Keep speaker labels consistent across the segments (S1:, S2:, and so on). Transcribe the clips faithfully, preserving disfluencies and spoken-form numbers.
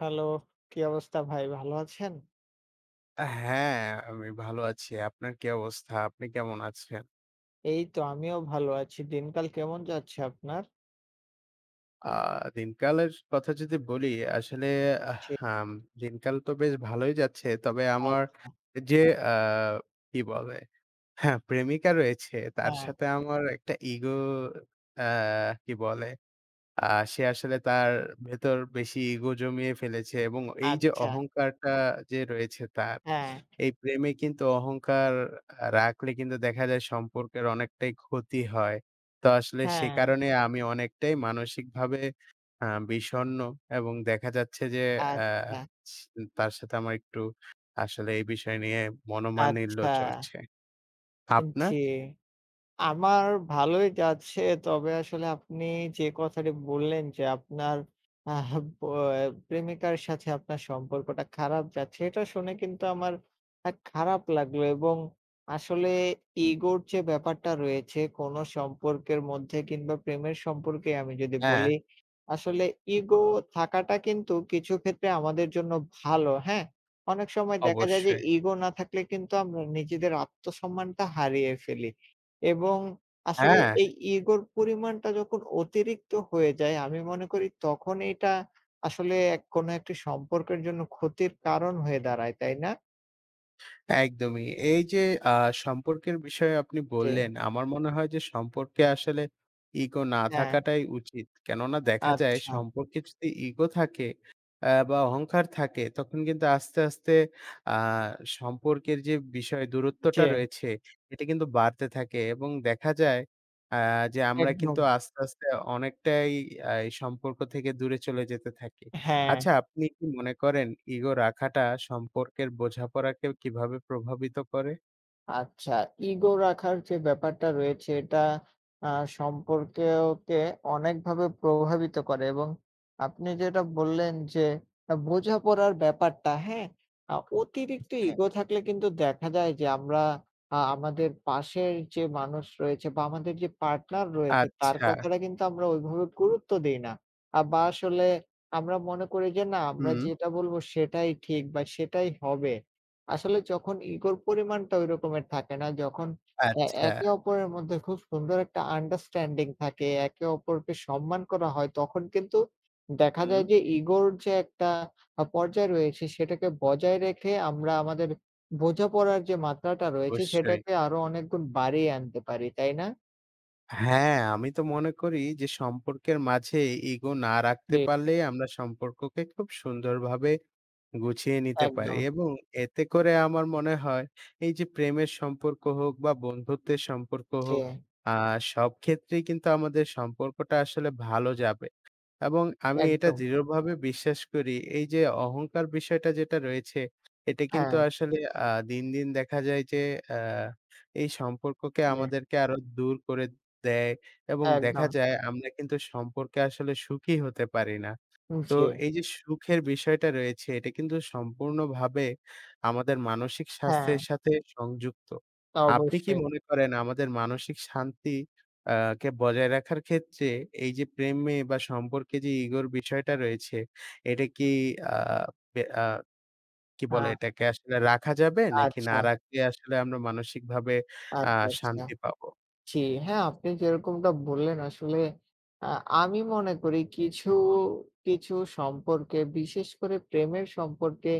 S1: Hello, কি অবস্থা ভাই? ভালো আছেন?
S2: হ্যাঁ, আমি ভালো আছি। আপনার কি অবস্থা? আপনি কেমন আছেন?
S1: এই তো আমিও ভালো আছি। দিনকাল কেমন যাচ্ছে আপনার?
S2: আ দিনকালের কথা যদি বলি, আসলে আহ
S1: জি।
S2: আম দিনকাল তো বেশ ভালোই যাচ্ছে। তবে আমার
S1: আচ্ছা,
S2: যে আ কি বলে? হ্যাঁ, প্রেমিকা রয়েছে, তার সাথে আমার একটা ইগো আ কি বলে? আ সে আসলে তার ভেতর বেশি ইগো জমিয়ে ফেলেছে, এবং এই যে
S1: আচ্ছা।
S2: অহংকারটা যে রয়েছে তার
S1: হ্যাঁ,
S2: এই প্রেমে কিন্তু অহংকার আ রাখলে কিন্তু দেখা যায় সম্পর্কের অনেকটাই ক্ষতি হয়। তো আসলে সে
S1: হ্যাঁ।
S2: কারণে আমি অনেকটাই মানসিকভাবে আ বিষণ্ণ, এবং দেখা যাচ্ছে যে আ
S1: আচ্ছা,
S2: ছি তার সাথে আমার একটু আসলে এই বিষয় নিয়ে মনোমালিন্য
S1: আচ্ছা।
S2: চড়ছে। আপনার?
S1: জি। আমার ভালোই যাচ্ছে। তবে আসলে আপনি যে কথাটি বললেন যে আপনার আহ ব প্রেমিকার সাথে আপনার সম্পর্কটা খারাপ যাচ্ছে, এটা শুনে কিন্তু আমার আ খারাপ লাগলো এবং আসলে ইগোর যে ব্যাপারটা রয়েছে কোনো সম্পর্কের মধ্যে কিংবা প্রেমের সম্পর্কে আমি যদি
S2: হ্যাঁ,
S1: বলি, আসলে ইগো থাকাটা কিন্তু কিছু ক্ষেত্রে আমাদের জন্য ভালো, হ্যাঁ? অনেক সময় দেখা যায় যে
S2: অবশ্যই।
S1: ইগো না থাকলে কিন্তু আমরা নিজেদের আত্মসম্মানটা হারিয়ে ফেলি। এবং আসলে
S2: হ্যাঁ।
S1: এই ইগোর পরিমাণটা যখন অতিরিক্ত হয়ে যায়, আমি মনে করি তখন এটা আসলে এক কোনো একটি সম্পর্কের জন্য ক্ষতির কারণ হয়ে দাঁড়ায়, তাই না?
S2: একদমই। এই যে আ সম্পর্কের বিষয়ে আপনি
S1: জি।
S2: বললেন, আমার মনে হয় যে সম্পর্কে আসলে ইগো না
S1: হ্যাঁ,
S2: থাকাটাই উচিত। কেননা দেখা যায়
S1: আচ্ছা।
S2: সম্পর্কে যদি ইগো থাকে আ বা অহংকার থাকে, তখন কিন্তু আস্তে, আস্তে আ সম্পর্কের যে বিষয়
S1: জি,
S2: দূরত্বটা রয়েছে এটা কিন্তু বাড়তে থাকে, এবং দেখা যায় আ যে আমরা
S1: একদম।
S2: কিন্তু আস্তে, আস্তে অনেকটাই আ এই সম্পর্ক থেকে দূরে চলে যেতে থাকি।
S1: হ্যাঁ।
S2: আচ্ছা, আপনি কি মনে করেন ইগো রাখাটা সম্পর্কের বোঝাপড়াকে কিভাবে প্রভাবিত করে?
S1: আচ্ছা, ইগো রাখার যে ব্যাপারটা রয়েছে এটা আ সম্পর্ককে অনেকভাবে প্রভাবিত করে এবং আপনি যেটা বললেন যে আ বোঝাপড়ার ব্যাপারটা, হ্যাঁ? আ অতিরিক্ত
S2: হ্যাঁ।
S1: ইগো থাকলে কিন্তু দেখা যায় যে আমরা আ আমাদের পাশের যে মানুষ রয়েছে বা আমাদের যে পার্টনার রয়েছে তার
S2: আচ্ছা,
S1: কথাটা কিন্তু আমরা ওইভাবে গুরুত্ব দেই না। আ বা আসলে আমরা মনে করি যে না আমরা
S2: হুম,
S1: যেটা বলব সেটাই ঠিক বা সেটাই হবে। আসলে যখন ইগোর পরিমাণটা ওই রকমের থাকে না, যখন এ
S2: আচ্ছা।
S1: একে অপরের মধ্যে খুব সুন্দর একটা আন্ডারস্ট্যান্ডিং থাকে, একে অপরকে সম্মান করা হয়, তখন কিন্তু দেখা
S2: হুম।
S1: যায় যে ইগোর যে একটা আ পর্যায় রয়েছে সেটাকে বজায় রেখে আমরা আমাদের বোঝাপড়ার যে মাত্রাটা রয়েছে
S2: অবশ্যই।
S1: সেটাকে আরো অনেক গুণ বাড়িয়ে আনতে পারি, তাই না?
S2: হ্যাঁ, আমি তো মনে করি যে সম্পর্কের মাঝে ইগো না রাখতে
S1: জি।
S2: পারলেই আমরা সম্পর্ককে খুব সুন্দরভাবে গুছিয়ে নিতে পারি,
S1: একদম।
S2: এবং এতে করে আমার মনে হয় এই যে প্রেমের সম্পর্ক হোক বা বন্ধুত্বের সম্পর্ক
S1: জি,
S2: হোক, আ সব ক্ষেত্রেই কিন্তু আমাদের সম্পর্কটা আসলে ভালো যাবে। এবং আমি এটা
S1: একদম।
S2: দৃঢ়ভাবে বিশ্বাস করি এই যে অহংকার বিষয়টা যেটা রয়েছে, এটা কিন্তু
S1: হ্যাঁ,
S2: আসলে আ দিন, দিন দেখা যায় যে আ এই সম্পর্ককে
S1: জি,
S2: আমাদেরকে আরো দূর করে দেয়, এবং দেখা
S1: একদম।
S2: যায় আমরা কিন্তু সম্পর্কে আসলে সুখী হতে পারি না। তো
S1: জি,
S2: এই যে সুখের বিষয়টা রয়েছে, এটা কিন্তু সম্পূর্ণভাবে আমাদের মানসিক
S1: হ্যাঁ,
S2: স্বাস্থ্যের সাথে সংযুক্ত। আপনি কি
S1: অবশ্যই।
S2: মনে করেন আমাদের মানসিক শান্তি আ কে বজায় রাখার ক্ষেত্রে এই যে প্রেমে বা সম্পর্কে যে ইগোর বিষয়টা রয়েছে, এটা কি আ বে আ কি বলে,
S1: হ্যাঁ,
S2: এটাকে আসলে রাখা যাবে? নাকি না
S1: আচ্ছা,
S2: রাখলে আসলে আমরা মানসিকভাবে আ
S1: আচ্ছা, আচ্ছা।
S2: শান্তি পাবো?
S1: জি, হ্যাঁ, আপনি যেরকমটা বললেন আসলে আ আমি মনে করি কিছু, কিছু সম্পর্কে বিশেষ করে প্রেমের সম্পর্কে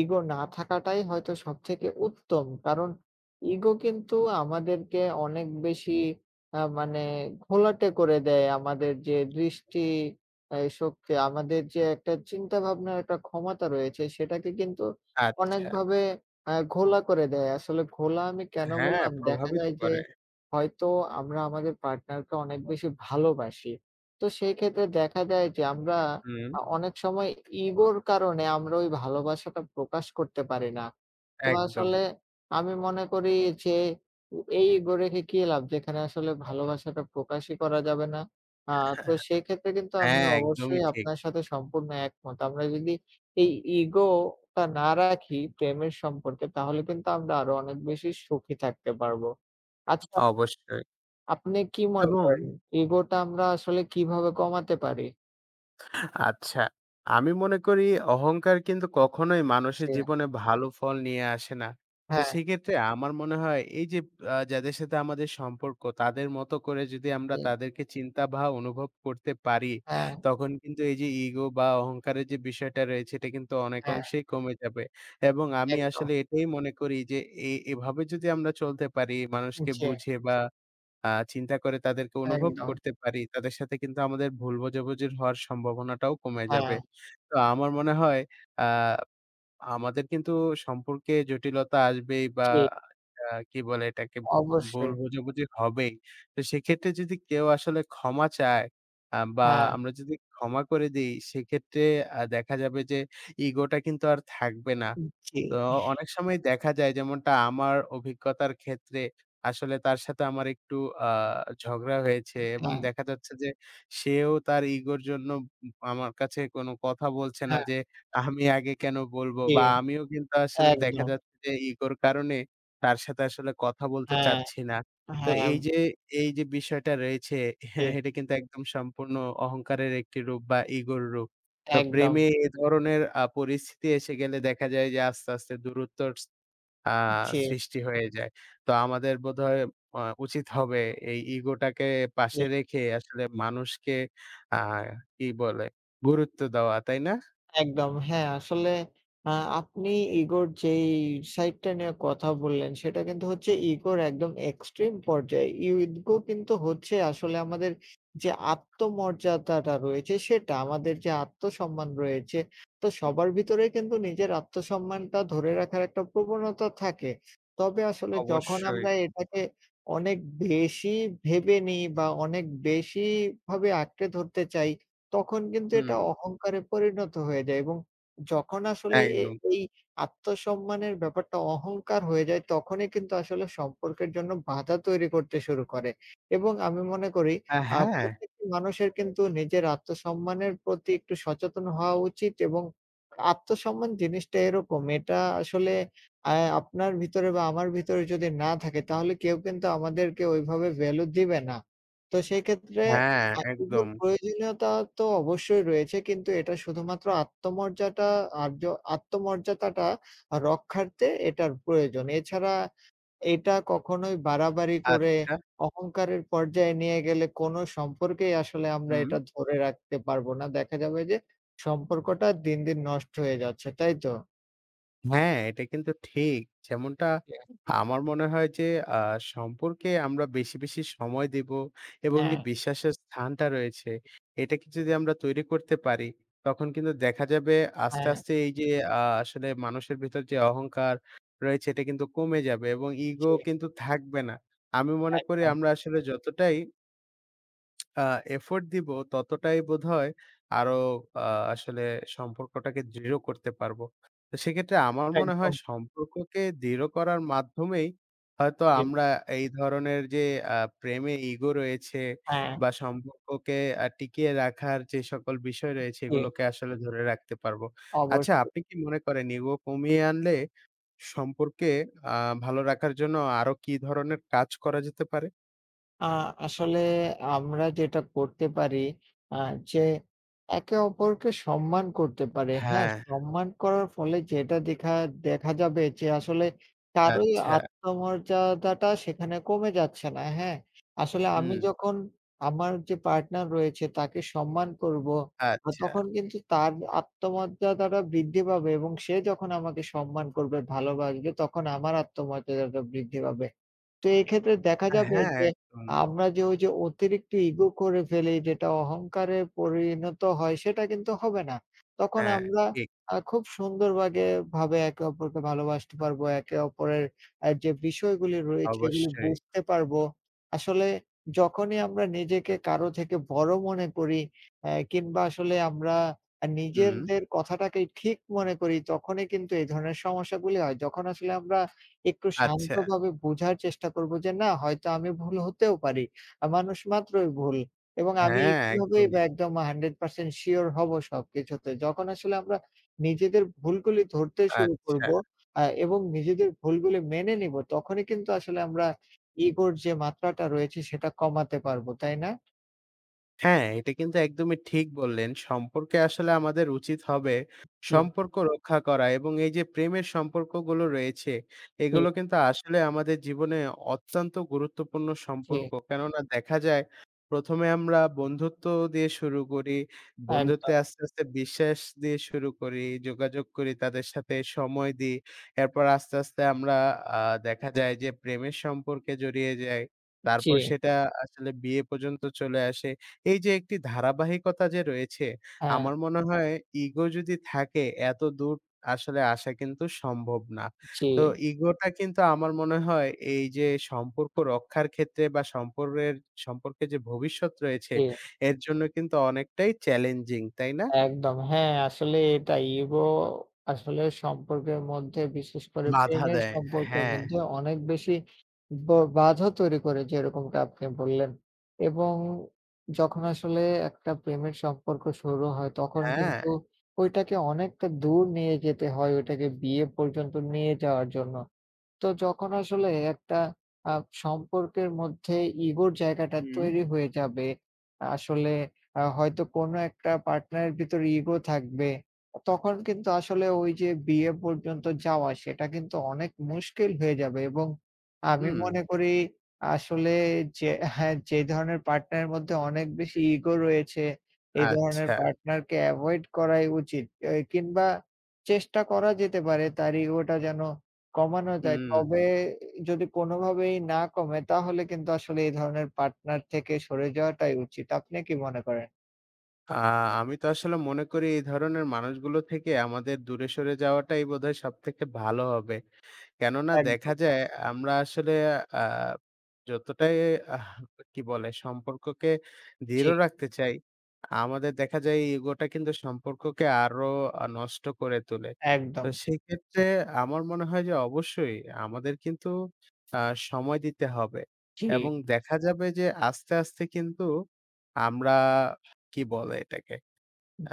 S1: ইগো না থাকাটাই হয়তো সবথেকে উত্তম। কারণ ইগো কিন্তু আমাদেরকে অনেক বেশি আ মানে ঘোলাটে করে দেয়। আমাদের যে দৃষ্টি এ শক্তি, আমাদের যে একটা চিন্তাভাবনার একটা ক্ষমতা রয়েছে সেটাকে কিন্তু
S2: আচ্ছা।
S1: অনেকভাবে আ ঘোলা করে দেয়। আসলে ঘোলা আমি কেন
S2: হ্যাঁ,
S1: বললাম? দেখা
S2: প্রভাবিত
S1: যায় যে
S2: করে।
S1: হয়তো আমরা আমাদের পার্টনারকে অনেক বেশি ভালোবাসি। তো সেই ক্ষেত্রে দেখা যায় যে আমরা
S2: হুম,
S1: আ অনেক সময় ইগোর কারণে আমরা ওই ভালোবাসাটা প্রকাশ করতে পারি না। তো
S2: একদম।
S1: আসলে আমি মনে করি যে উ এই ইগো রেখে কি লাভ যেখানে আসলে ভালোবাসাটা প্রকাশই করা যাবে না। আ তো সেক্ষেত্রে কিন্তু আমি
S2: হ্যাঁ, একদমই
S1: অবশ্যই
S2: ঠিক।
S1: আপনার সাথে সম্পূর্ণ একমত। আমরা যদি এই ইগোটা না রাখি প্রেমের সম্পর্কে তাহলে কিন্তু আমরা আরো অনেক বেশি সুখী থাকতে পারবো। আচ্ছা
S2: অবশ্যই।
S1: আপনি কি মনে
S2: এবং
S1: করেন ইগোটা আমরা আসলে কিভাবে কমাতে পারি?
S2: আচ্ছা, আমি মনে করি অহংকার কিন্তু কখনোই
S1: জি,
S2: মানুষের জীবনে ভালো ফল নিয়ে আসে না। তো
S1: হ্যাঁ,
S2: সেক্ষেত্রে আমার মনে হয় এই যে আ যাদের সাথে আমাদের সম্পর্ক তাদের মতো করে যদি আমরা
S1: জি,
S2: তাদেরকে চিন্তা বা অনুভব করতে পারি,
S1: হ্যাঁ,
S2: তখন কিন্তু এই যে ইগো বা অহংকারের যে বিষয়টা রয়েছে এটা কিন্তু অনেক
S1: হ্যাঁ,
S2: অংশেই কমে যাবে। এবং আমি
S1: একদম।
S2: আসলে এটাই মনে করি যে এ এভাবে যদি আমরা চলতে পারি, মানুষকে
S1: জি,
S2: বুঝে বা আ চিন্তা করে তাদেরকে অনুভব
S1: একদম।
S2: করতে পারি, তাদের সাথে কিন্তু আমাদের ভুল বোঝাবুঝির হওয়ার সম্ভাবনাটাও কমে যাবে।
S1: হ্যাঁ,
S2: তো আমার মনে হয় আ আমাদের কিন্তু সম্পর্কে জটিলতা আসবেই, বা
S1: জি,
S2: আ কি বলে এটাকে, ভুল
S1: অবশ্যই।
S2: বোঝাবুঝি হবেই। তো সেক্ষেত্রে যদি কেউ আসলে ক্ষমা চায় আ বা
S1: হ্যাঁ,
S2: আমরা যদি ক্ষমা করে দেই, সেক্ষেত্রে আ দেখা যাবে যে ইগোটা কিন্তু আর থাকবে না।
S1: জি,
S2: তো অনেক সময় দেখা যায় যেমনটা আমার অভিজ্ঞতার ক্ষেত্রে আসলে তার সাথে আমার একটু আ ঝগড়া হয়েছে, এবং
S1: হ্যাঁ,
S2: দেখা যাচ্ছে যে সেও তার ইগোর জন্য উম আমার কাছে কোনো কথা বলছে না
S1: হ্যাঁ,
S2: যে আমি আগে কেন বলবো?
S1: জি,
S2: বা আমিও কিন্তু আসলে দেখা
S1: একদম।
S2: যাচ্ছে যে ইগোর কারণে তার সাথে আসলে কথা বলতে
S1: হ্যাঁ,
S2: চাচ্ছি না। তো
S1: হ্যাঁ,
S2: এই যে, এই যে বিষয়টা রয়েছে
S1: জি,
S2: এটা কিন্তু একদম সম্পূর্ণ অহংকারের একটি রূপ বা ইগোর রূপ। তো
S1: একদম।
S2: প্রেমে এ ধরনের আ পরিস্থিতি এসে গেলে দেখা যায় যে আস্তে, আস্তে দূরত্বর আ
S1: জি,
S2: সৃষ্টি হয়ে যায়। তো আমাদের বোধহয় আ উচিত হবে এই ইগোটাকে
S1: জি।
S2: পাশে রেখে আসলে মানুষকে আ কি বলে? গুরুত্ব দেওয়া, তাই না?
S1: একদম। হ্যাঁ, আসলে আ আপনি ইগোর যেই সাইডটা নিয়ে কথা বললেন, সেটা কিন্তু হচ্ছে ইগোর একদম এক্সট্রিম পর্যায়ে। ইগো কিন্তু হচ্ছে আসলে আমাদের যে আত্মমর্যাদাটা রয়েছে সেটা, আমাদের যে আত্মসম্মান রয়েছে, তো সবার ভিতরে কিন্তু নিজের আত্মসম্মানটা ধরে রাখার একটা প্রবণতা থাকে। তবে আসলে যখন
S2: অবশ্যই।
S1: আমরা এটাকে অনেক বেশি ভেবে নিই বা অনেক বেশি ভাবে আঁকড়ে ধরতে চাই তখন কিন্তু
S2: হুম,
S1: এটা অহংকারে পরিণত হয়ে যায় এবং যখন আসলে এ
S2: একদম।
S1: এই আত্মসম্মানের ব্যাপারটা অহংকার হয়ে যায়, তখনই কিন্তু আসলে সম্পর্কের জন্য বাধা তৈরি করতে শুরু করে এবং আমি মনে করি
S2: আ
S1: আ
S2: হ্যাঁ,
S1: প্রত্যেকটি মানুষের কিন্তু নিজের আত্মসম্মানের প্রতি একটু সচেতন হওয়া উচিত এবং আত্মসম্মান জিনিসটা এরকম, এটা আসলে আ আপনার ভিতরে বা আমার ভিতরে যদি না থাকে, তাহলে কেউ কিন্তু আমাদেরকে ওইভাবে ভ্যালু দিবে না। তো সেক্ষেত্রে
S2: হ্যাঁ,
S1: আত্মীয়র
S2: একদম।
S1: প্রয়োজনীয়তা তো অবশ্যই রয়েছে। কিন্তু এটা শুধুমাত্র আত্মমর্যাদা আর্য আত্মমর্যাদাটা রক্ষার্থে এটার প্রয়োজন। এছাড়া এটা কখনোই বাড়াবাড়ি করে
S2: আচ্ছা,
S1: অহংকারের পর্যায়ে নিয়ে গেলে কোনো সম্পর্কেই আসলে আমরা
S2: হুম।
S1: এটা ধরে রাখতে পারবো না। দেখা যাবে যে সম্পর্কটা দিন, দিন নষ্ট হয়ে যাচ্ছে। তাই তো?
S2: হ্যাঁ, এটা কিন্তু ঠিক। যেমনটা
S1: জি।
S2: আমার মনে হয় যে আ সম্পর্কে আমরা বেশি, বেশি সময় দেব, এবং যে
S1: হ্যাঁ,
S2: বিশ্বাসের স্থানটা রয়েছে, এটাকে যদি আমরা তৈরি করতে পারি, তখন কিন্তু দেখা যাবে আস্তে,
S1: হ্যাঁ,
S2: আস্তে এই যে আ আসলে মানুষের ভিতর যে অহংকার রয়েছে, এটা কিন্তু কমে যাবে এবং
S1: জি,
S2: ইগো কিন্তু থাকবে না। আমি মনে করি
S1: একদম,
S2: আমরা আসলে যতটাই আ এফোর্ট দিব ততটাই বোধহয় আরো আ আসলে সম্পর্কটাকে দৃঢ় করতে পারবো। তো সেক্ষেত্রে আমার মনে হয়
S1: একদম
S2: সম্পর্ককে দৃঢ় করার মাধ্যমেই হয়তো
S1: ঠিক।
S2: আমরা এই ধরনের যে আ প্রেমে ইগো রয়েছে
S1: হ্যাঁ,
S2: বা সম্পর্ককে আ টিকিয়ে রাখার যে সকল বিষয় রয়েছে
S1: জি,
S2: এগুলোকে আসলে ধরে রাখতে পারবো। আচ্ছা,
S1: অবশ্যই।
S2: আপনি কি মনে করেন ইগো কমিয়ে আনলে সম্পর্কে আ ভালো রাখার জন্য আরো কি ধরনের কাজ করা যেতে পারে?
S1: আ আসলে আমরা যেটা করতে পারি আ যে একে অপরকে সম্মান করতে পারে। হ্যাঁ,
S2: হ্যাঁ।
S1: সম্মান করার ফলে যেটা দেখা দেখা যাবে যে আসলে কারোই
S2: আচ্ছা,
S1: আত্মমর্যাদাটা সেখানে কমে যাচ্ছে না। হ্যাঁ, আসলে আমি
S2: হুম।
S1: যখন আমার যে পার্টনার রয়েছে তাকে সম্মান করব, আ
S2: আচ্ছা।
S1: তখন কিন্তু তার আত্মমর্যাদাটা বৃদ্ধি পাবে এবং সে যখন আমাকে সম্মান করবে, ভালোবাসবে তখন আমার আত্মমর্যাদাটা বৃদ্ধি পাবে। তো এক্ষেত্রে দেখা যাবে
S2: হ্যাঁ,
S1: যে
S2: একদম।
S1: আমরা যে ওই যে অতিরিক্ত ইগো করে ফেলি যেটা অহংকারে পরিণত হয় সেটা কিন্তু হবে না। তখন
S2: হ্যাঁ,
S1: আমরা
S2: ঠিক।
S1: আ খুব সুন্দরভাগে ভাবে একে অপরকে ভালোবাসতে পারবো। একে অপরের আ যে বিষয়গুলি রয়েছে এগুলি
S2: অবশ্যই।
S1: বুঝতে পারবো। আসলে যখনই আমরা নিজেকে কারো থেকে বড় মনে করি অ্যা কিংবা আসলে আমরা আ
S2: হুম।
S1: নিজেদের কথাটাকেই ঠিক মনে করি তখনই কিন্তু এই ধরনের সমস্যাগুলি হয়। যখন আসলে আমরা একটু
S2: আচ্ছা।
S1: শান্তভাবে বোঝার চেষ্টা করব যে না হয়তো আমি ভুল হতেও পারি। আ মানুষ মাত্রই ভুল। এবং আমি
S2: হ্যাঁ,
S1: কিভাবেই
S2: একদমই।
S1: বা একদম একশ শতাংশ সিওর হব সবকিছুতে। যখন আসলে আমরা নিজেদের ভুলগুলি ধরতে শুরু
S2: আচ্ছা।
S1: করব আ এবং নিজেদের ভুলগুলি মেনে নিব তখনই কিন্তু আসলে আমরা ইগোর যে মাত্রাটা রয়েছে সেটা কমাতে পারব। তাই না?
S2: হ্যাঁ, এটা কিন্তু একদমই ঠিক বললেন। সম্পর্কে আসলে আমাদের উচিত হবে
S1: জি,
S2: সম্পর্ক রক্ষা করা, এবং এই যে প্রেমের সম্পর্কগুলো রয়েছে,
S1: জি,
S2: এগুলো কিন্তু আসলে আমাদের জীবনে অত্যন্ত গুরুত্বপূর্ণ
S1: জি।
S2: সম্পর্ক। কেননা দেখা যায় প্রথম এ আমরা বন্ধুত্ব দিয়ে শুরু করি। বন্ধুত্বে
S1: একদম।
S2: আস্তে, আস্তে বিশ্বাস দিয়ে শুরু করি, যোগাযোগ করি, তাদের সাথে সময় দিই। এরপর আস্তে, আস্তে আমরা আ দেখা যায় যে প্রেমের সম্পর্কে জড়িয়ে যাই।
S1: জি,
S2: তারপর সেটা আসলে বিয়ে পর্যন্ত চলে আসে। এই যে একটি ধারাবাহিকতা যে রয়েছে,
S1: হ্যাঁ,
S2: আমার মনে হয় ইগো যদি থাকে এত দূর আসলে আসা কিন্তু সম্ভব না।
S1: জি,
S2: তো ইগোটা কিন্তু আমার মনে হয় এই যে সম্পর্ক রক্ষার ক্ষেত্রে বা সম্পর্কের সম্পর্কে যে ভবিষ্যৎ রয়েছে
S1: জি।
S2: এর জন্য কিন্তু অনেকটাই চ্যালেঞ্জিং, তাই না?
S1: একদম। হ্যাঁ, আসলে এটা ইগো আসলে সম্পর্কের মধ্যে বিশেষ করে
S2: বাধা
S1: প্রেমের
S2: দেয়।
S1: সম্পর্কের
S2: হ্যাঁ,
S1: মধ্যে অনেক বেশি ব বাধা তৈরি করে যেরকমটা আপনি বললেন। এবং যখন আসলে একটা প্রেমের সম্পর্ক শুরু হয় তখন
S2: হ্যাঁ।
S1: কিন্তু ওইটাকে অনেকটা দূর নিয়ে যেতে হয় ওইটাকে বিয়ে পর্যন্ত নিয়ে যাওয়ার জন্য। তো যখন আসলে একটা আ সম্পর্কের মধ্যে ইগোর জায়গাটা
S2: হুম,
S1: তৈরি হয়ে যাবে, আসলে আ হয়তো কোনো একটা পার্টনারের ভিতরে ইগো থাকবে। তখন কিন্তু আসলে ওই যে বিয়ে পর্যন্ত যাওয়া সেটা কিন্তু অনেক মুশকিল হয়ে যাবে এবং আমি
S2: হুম।
S1: মনে করি আসলে যে হ্যাঁ, যে ধরনের পার্টনারের মধ্যে অনেক বেশি ইগো রয়েছে, এই ধরনের
S2: আচ্ছা।
S1: পার্টনারকে এভয়েড করাই উচিত। এ কিংবা চেষ্টা করা যেতে পারে তার ইগোটা যেন কমানো যায়।
S2: হুম।
S1: তবে যদি কোনোভাবেই না কমে তাহলে কিন্তু আসলে এই ধরনের পার্টনার থেকে সরে যাওয়াটাই উচিত। আপনি কি মনে করেন?
S2: আ আমি তো আসলে মনে করি এই ধরনের মানুষগুলো থেকে আমাদের দূরে সরে যাওয়াটাই বোধহয় সবথেকে ভালো হবে। কেননা দেখা
S1: একদম।
S2: যায় আমরা আসলে আ যতটাই আহ কি বলে? সম্পর্ককে দৃঢ়
S1: জি,
S2: রাখতে চাই, আমাদের দেখা যায় এই ইগোটা কিন্তু সম্পর্ককে আরো আ নষ্ট করে তোলে। তো
S1: একদম।
S2: সেক্ষেত্রে আমার মনে হয় যে অবশ্যই আমাদের কিন্তু আ সময় দিতে হবে।
S1: জি।
S2: এবং দেখা যাবে যে আস্তে, আস্তে কিন্তু আমরা কি বলে এটাকে?
S1: উ
S2: আ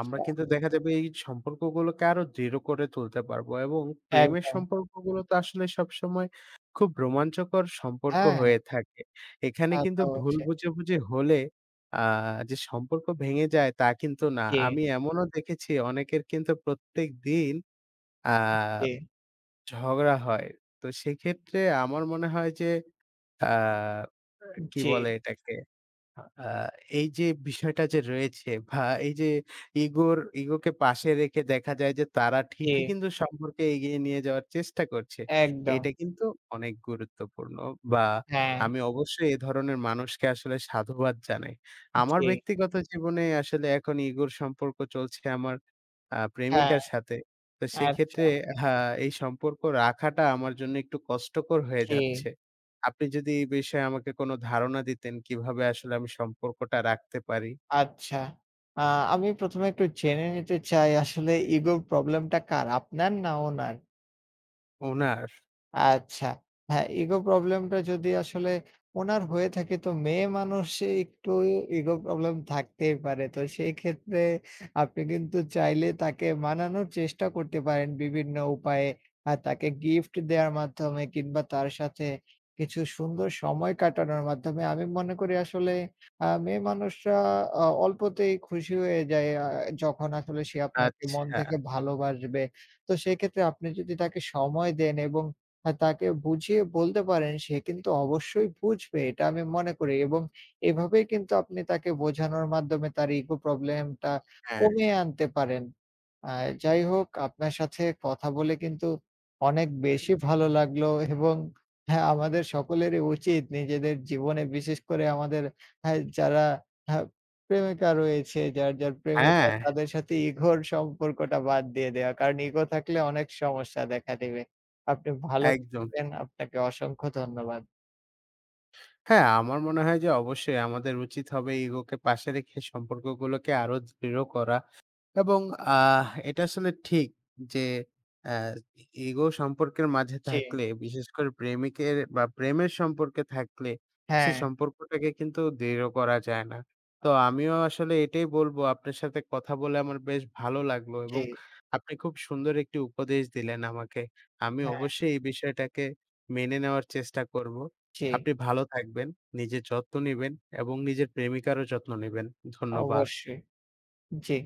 S2: আমরা কিন্তু দেখা যাবে এই সম্পর্কগুলোকে আরো দৃঢ় করে তুলতে পারবো, এবং প্রেমের
S1: একদম।
S2: সম্পর্কগুলো তো আসলে সবসময় খুব রোমাঞ্চকর সম্পর্ক
S1: হ্যাঁ,
S2: হয়ে থাকে। এখানে
S1: তা তো
S2: কিন্তু ভুল
S1: অবশ্যই।
S2: বুঝাবুঝি হলে আ যে সম্পর্ক ভেঙে যায় তা কিন্তু না।
S1: জি,
S2: আমি এমনও দেখেছি অনেকের কিন্তু প্রত্যেকদিন আ
S1: জি,
S2: ঝগড়া হয়। তো সেক্ষেত্রে আমার মনে হয় যে আ কি
S1: জি,
S2: বলে এটাকে? আ এই যে বিষয়টা যে রয়েছে, বা এই যে ইগোর ইগোকে পাশে রেখে দেখা যায় যে তারা
S1: জি,
S2: ঠিকই কিন্তু সম্পর্কে এগিয়ে নিয়ে যাওয়ার চেষ্টা করছে।
S1: একদম।
S2: এটা কিন্তু অনেক গুরুত্বপূর্ণ বা
S1: হ্যাঁ,
S2: আমি অবশ্যই এ ধরনের মানুষকে আসলে সাধুবাদ জানাই। আমার
S1: জি,
S2: ব্যক্তিগত জীবনে আসলে এখন ইগোর সম্পর্ক চলছে আমার আ
S1: হ্যাঁ,
S2: প্রেমিকার সাথে। তো
S1: আচ্ছা,
S2: সেক্ষেত্রে হ্যাঁ, এই সম্পর্ক রাখাটা আমার জন্য একটু কষ্টকর হয়ে
S1: জি,
S2: যাচ্ছে। আপনি যদি এই বিষয়ে আমাকে কোনো ধারণা দিতেন কিভাবে আসলে আমি সম্পর্কটা রাখতে পারি?
S1: আচ্ছা। আ আমি প্রথমে একটু জেনে নিতে চাই আসলে ইগো প্রবলেমটা কার? আপনার না ওনার?
S2: উনার?
S1: আচ্ছা। হ্যাঁ, ইগো প্রবলেমটা যদি আসলে উনার হয়ে থাকে তো মেয়ে মানুষে একটু ইগো প্রবলেম থাকতেই পারে। তো সেই ক্ষেত্রে আপনি কিন্তু চাইলে তাকে মানানোর চেষ্টা করতে পারেন বিভিন্ন উপায়ে। আর তাকে গিফট দেওয়ার মাধ্যমে কিংবা তার সাথে কিছু সুন্দর সময় কাটানোর মাধ্যমে আমি মনে করি আসলে আ মেয়ে মানুষরা অ অল্পতেই খুশি হয়ে যায় আ যখন আসলে সে আপনাকে মন
S2: আচ্ছা,
S1: থেকে ভালোবাসবে। তো সেক্ষেত্রে আপনি যদি তাকে সময় দেন এবং আ তাকে বুঝিয়ে বলতে পারেন, সে কিন্তু অবশ্যই বুঝবে এটা আমি মনে করি এবং এভাবেই কিন্তু আপনি তাকে বোঝানোর মাধ্যমে তার ইগো প্রবলেমটা
S2: হ্যাঁ,
S1: কমিয়ে আনতে পারেন। আ যাই হোক আপনার সাথে কথা বলে কিন্তু অনেক বেশি ভালো লাগলো এবং হ্যাঁ, আমাদের সকলেরই উচিত নিজেদের জীবনে বিশেষ করে আমাদের হ্যাঁ, যারা হ্যাঁ, প্রেমিকা রয়েছে, যার, যার প্রেমিকা
S2: হ্যাঁ,
S1: তাদের সাথে ইগোর সম্পর্কটা বাদ দিয়ে দেওয়া। কারণ ইগো থাকলে অনেক সমস্যা দেখা দেবে। আপনি ভালো
S2: একদম।
S1: থাকবেন। আপনাকে অসংখ্য ধন্যবাদ।
S2: হ্যাঁ, আমার মনে হয় যে অবশ্যই আমাদের উচিত হবে ইগোকে পাশে রেখে সম্পর্কগুলোকে আরো দৃঢ় করা। এবং আহ এটা আসলে ঠিক যে আহ, ইগো সম্পর্কের মাঝে
S1: জি।
S2: থাকলে, বিশেষ করে প্রেমিকের বা প্রেমের সম্পর্কে থাকলে, সে
S1: হ্যাঁ,
S2: সম্পর্কটাকে কিন্তু দৃঢ় করা যায় না। তো আমিও আসলে এটাই বলবো, আপনার সাথে কথা বলে আমার বেশ ভালো লাগলো,
S1: জি,
S2: এবং আপনি খুব সুন্দর একটি উপদেশ দিলেন আমাকে। আমি
S1: হ্যাঁ,
S2: অবশ্যই এই বিষয়টাকে মেনে নেওয়ার চেষ্টা করব।
S1: জি।
S2: আপনি ভালো থাকবেন, নিজের যত্ন নেবেন, এবং নিজের প্রেমিকারও যত্ন নেবেন। ধন্যবাদ।
S1: অবশ্যই। জি।